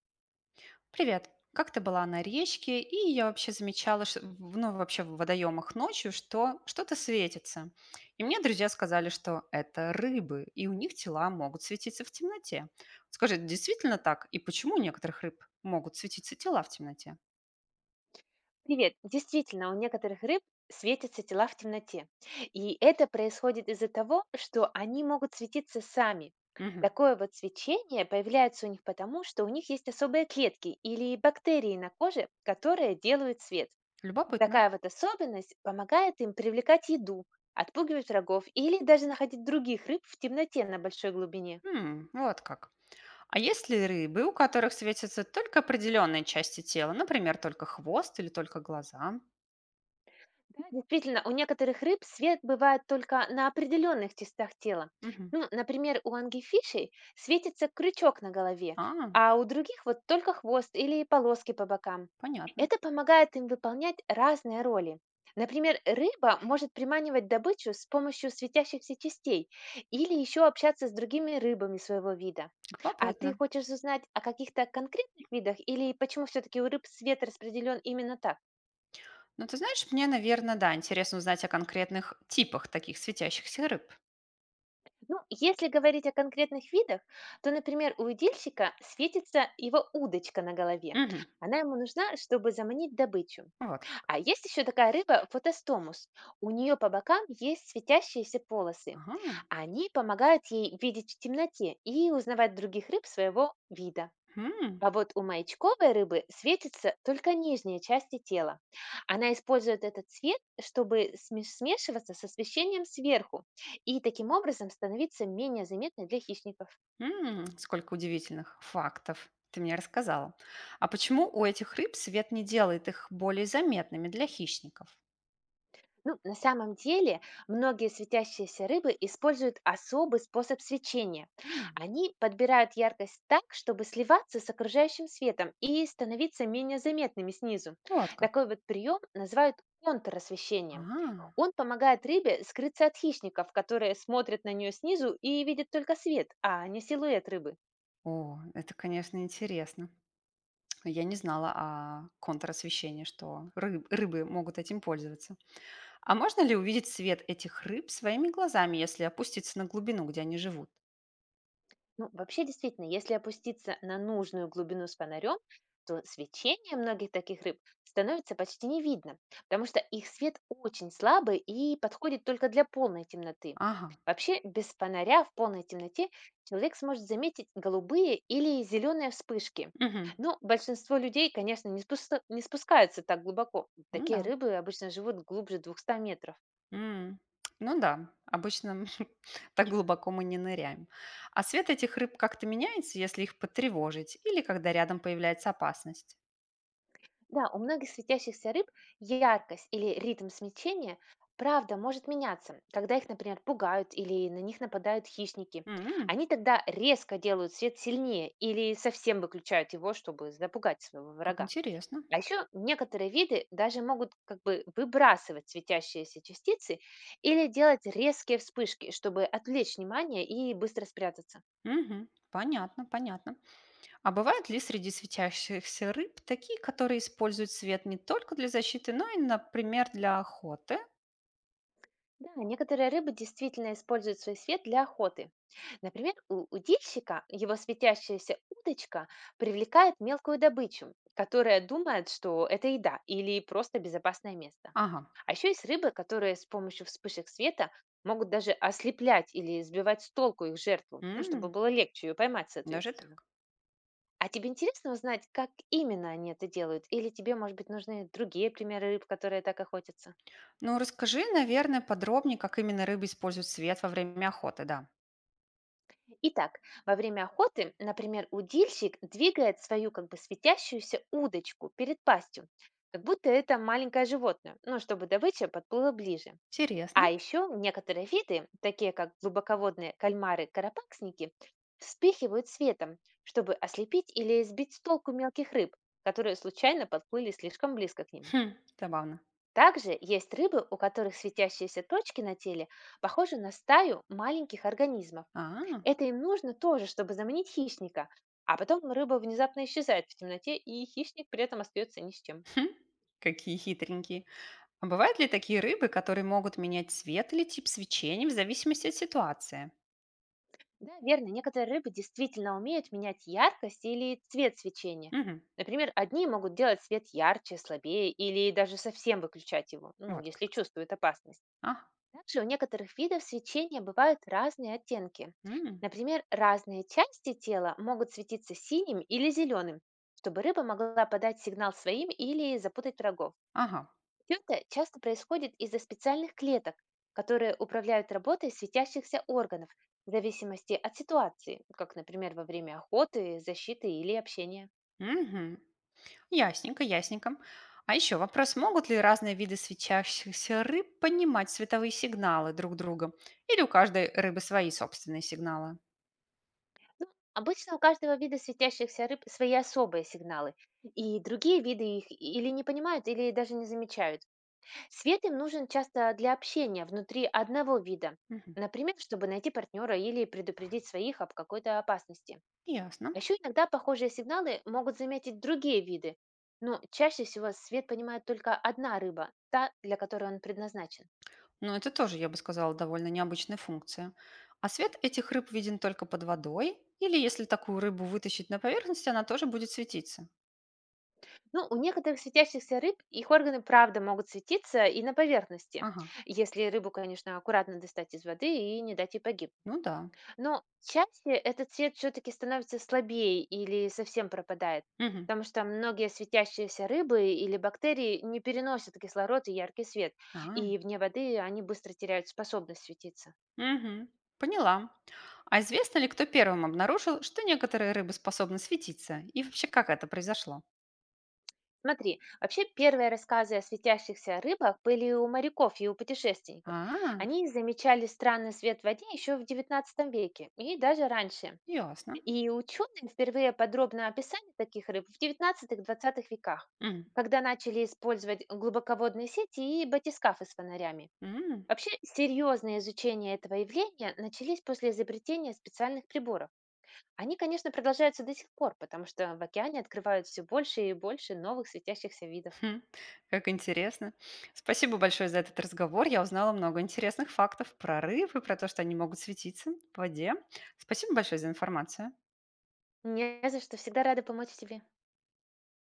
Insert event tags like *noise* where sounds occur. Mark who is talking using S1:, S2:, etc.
S1: Привет. Как ты была на речке? И я вообще замечала, ну, вообще в водоемах ночью, что-то светится. И мне друзья сказали, что это рыбы, и у них тела могут светиться в темноте. Скажи, действительно так? И почему у некоторых рыб могут светиться тела в темноте?
S2: Привет. Действительно, у некоторых рыб светятся тела в темноте. И это происходит из-за того, что они могут светиться сами.
S1: Мгм.
S2: Такое вот свечение появляется у них потому, что у них есть особые клетки или бактерии на коже, которые делают свет.
S1: Любопытно.
S2: Такая вот особенность помогает им привлекать еду, отпугивать врагов или даже находить других рыб в темноте на большой глубине.
S1: М, вот как. А есть ли рыбы, у которых светятся только определенные части тела, например, только хвост или только глаза?
S2: Да, действительно, у некоторых рыб свет бывает только на определенных частях тела.
S1: Мгм.
S2: Ну, например, у ангифишей светится крючок на голове,
S1: А,
S2: а у других вот только хвост или полоски по бокам.
S1: понятно.
S2: Это помогает им выполнять разные роли. Например, рыба может приманивать добычу с помощью светящихся частей или еще общаться с другими рыбами своего вида. А ты
S1: Любопытно.
S2: хочешь узнать о каких-то конкретных видах или почему все-таки у рыб свет распределен именно так?
S1: Ну, ты знаешь, мне, наверное, да, интересно узнать о конкретных типах таких светящихся рыб.
S2: Ну, если говорить о конкретных видах, то, например, у удильщика светится его удочка на голове.
S1: Мгм.
S2: Она ему нужна, чтобы заманить добычу.
S1: Вот как.
S2: А есть еще такая рыба фотостомус. У нее по бокам есть светящиеся полосы.
S1: Ага.
S2: Они помогают ей видеть в темноте и узнавать других рыб своего вида.
S1: М,
S2: А вот у маячковой рыбы светится только нижняя часть тела. Она использует этот цвет, чтобы смешиваться с освещением сверху и таким образом становиться менее заметной для хищников.
S1: Сколько удивительных фактов ты мне рассказала. А почему у этих рыб свет не делает их более заметными для хищников?
S2: Ну, на самом деле, многие светящиеся рыбы используют особый способ свечения.
S1: М.
S2: Они подбирают яркость так, чтобы сливаться с окружающим светом и становиться менее заметными снизу.
S1: Вот
S2: Такой
S1: как.
S2: вот прием называют контросвещением.
S1: А.
S2: Он помогает рыбе скрыться от хищников, которые смотрят на нее снизу и видят только свет, а не силуэт рыбы.
S1: О, это, конечно, интересно. Я не знала о контрасвещении, что рыбы могут этим пользоваться. А можно ли увидеть цвет этих рыб своими глазами, если опуститься на глубину, где они живут?
S2: Ну, вообще, действительно, если опуститься на нужную глубину с фонарем, то свечение многих таких рыб становится почти не видно, потому что их свет очень слабый и подходит только для полной темноты.
S1: Ага.
S2: Вообще, без фонаря в полной темноте человек сможет заметить голубые или зеленые вспышки.
S1: Мгм.
S2: Но большинство людей, конечно, не спускаются так глубоко.
S1: Ну
S2: Такие
S1: да.
S2: рыбы обычно живут глубже двухсот метров.
S1: М. Ну да. Обычно *laughs* так глубоко мы не ныряем. А цвет этих рыб как-то меняется, если их потревожить или когда рядом появляется опасность?
S2: Да, у многих светящихся рыб яркость или ритм смещения правда может меняться, когда их, например, пугают или на них нападают хищники.
S1: М.
S2: Они тогда резко делают свет сильнее или совсем выключают его, чтобы запугать своего
S1: Как
S2: врага.
S1: интересно.
S2: А еще некоторые виды даже могут как бы выбрасывать светящиеся частицы или делать резкие вспышки, чтобы отвлечь внимание и быстро спрятаться.
S1: Мгм. Понятно, понятно. А бывают ли среди светящихся рыб такие, которые используют свет не только для защиты, но и, например, для охоты?
S2: Да, некоторые рыбы действительно используют свой свет для охоты. Например, у удильщика его светящаяся удочка привлекает мелкую добычу, которая думает, что это еда или просто безопасное место.
S1: Ага.
S2: А еще есть рыбы, которые с помощью вспышек света могут даже ослеплять или сбивать с толку их жертву, ну, чтобы
S1: М.
S2: было легче ее поймать,
S1: Даже
S2: соответственно.
S1: так.
S2: А тебе интересно узнать, как именно они это делают? Или тебе, может быть, нужны другие примеры рыб, которые так охотятся?
S1: Ну, расскажи, наверное, подробнее, как именно рыбы используют свет во время охоты, да.
S2: Итак, во время охоты, например, удильщик двигает свою как бы светящуюся удочку перед пастью, как будто это маленькое животное, ну, чтобы добыча подплыла ближе.
S1: Интересно.
S2: А еще некоторые виды, такие как глубоководные кальмары-карапаксники, вспыхивают светом, чтобы ослепить или сбить с толку мелких рыб, которые случайно подплыли слишком близко к ним.
S1: Хм, забавно.
S2: Также есть рыбы, у которых светящиеся точки на теле похожи на стаю маленьких организмов,
S1: А,
S2: это им нужно тоже, чтобы заманить хищника. А потом рыба внезапно исчезает в темноте, и хищник при этом остается ни с чем.
S1: хм, какие хитренькие. А бывают ли такие рыбы, которые могут менять цвет или тип свечения в зависимости от ситуации?
S2: Да, верно, некоторые рыбы действительно умеют менять яркость или цвет свечения.
S1: Мгм,
S2: Например, одни могут делать свет ярче, слабее или даже совсем выключать его, ну,
S1: вот
S2: если
S1: как.
S2: чувствуют опасность.
S1: А,
S2: Также у некоторых видов свечения бывают разные оттенки.
S1: м,
S2: Например, разные части тела могут светиться синим или зеленым, чтобы рыба могла подать сигнал своим или запутать врагов.
S1: ага,
S2: Тета часто происходит из-за специальных клеток, которые управляют работой светящихся органов в зависимости от ситуации, как, например, во время охоты, защиты или общения.
S1: мгм. Ясненько, ясненько. А еще вопрос, могут ли разные виды свечащихся рыб понимать световые сигналы друг друга? Или у каждой рыбы свои собственные сигналы?
S2: Ну, обычно у каждого вида светящихся рыб свои особые сигналы, и другие виды их или не понимают, или даже не замечают. Свет им нужен часто для общения внутри одного вида,
S1: Мгм,
S2: например, чтобы найти партнера или предупредить своих об какой-то опасности.
S1: ясно.
S2: А еще иногда похожие сигналы могут заметить другие виды, но чаще всего свет понимает только одна рыба, та, для которой он предназначен.
S1: Ну, это тоже, я бы сказала, довольно необычная функция. А свет этих рыб виден только под водой? Или если такую рыбу вытащить на поверхность, она тоже будет светиться?
S2: Ну, у некоторых светящихся рыб их органы правда могут светиться и на поверхности,
S1: Ага,
S2: если рыбу, конечно, аккуратно достать из воды и не дать ей погиб.
S1: ну да.
S2: Но чаще этот свет все-таки становится слабее или совсем пропадает,
S1: Мгм.
S2: потому что многие светящиеся рыбы или бактерии не переносят кислород и яркий свет,
S1: А,
S2: и вне воды они быстро теряют способность светиться.
S1: мгм. Поняла. А известно ли, кто первым обнаружил, что некоторые рыбы способны светиться? И вообще, как это произошло?
S2: Смотри, вообще первые рассказы о светящихся рыбах были у моряков и у путешественников.
S1: А,
S2: Они замечали странный свет в воде еще в XIX веке и даже раньше.
S1: ясно.
S2: И ученые впервые подробно описали таких рыб в XIX-XX веках,
S1: М,
S2: когда начали использовать глубоководные сети и батискафы с фонарями.
S1: м.
S2: Вообще, серьезное изучение этого явления начались после изобретения специальных приборов. Они, конечно, продолжаются до сих пор, потому что в океане открывают все больше и больше новых светящихся видов.
S1: Хм, как интересно. Спасибо большое за этот разговор. Я узнала много интересных фактов про рыб и про то, что они могут светиться в воде. Спасибо большое за информацию.
S2: Не за что, всегда рада помочь тебе.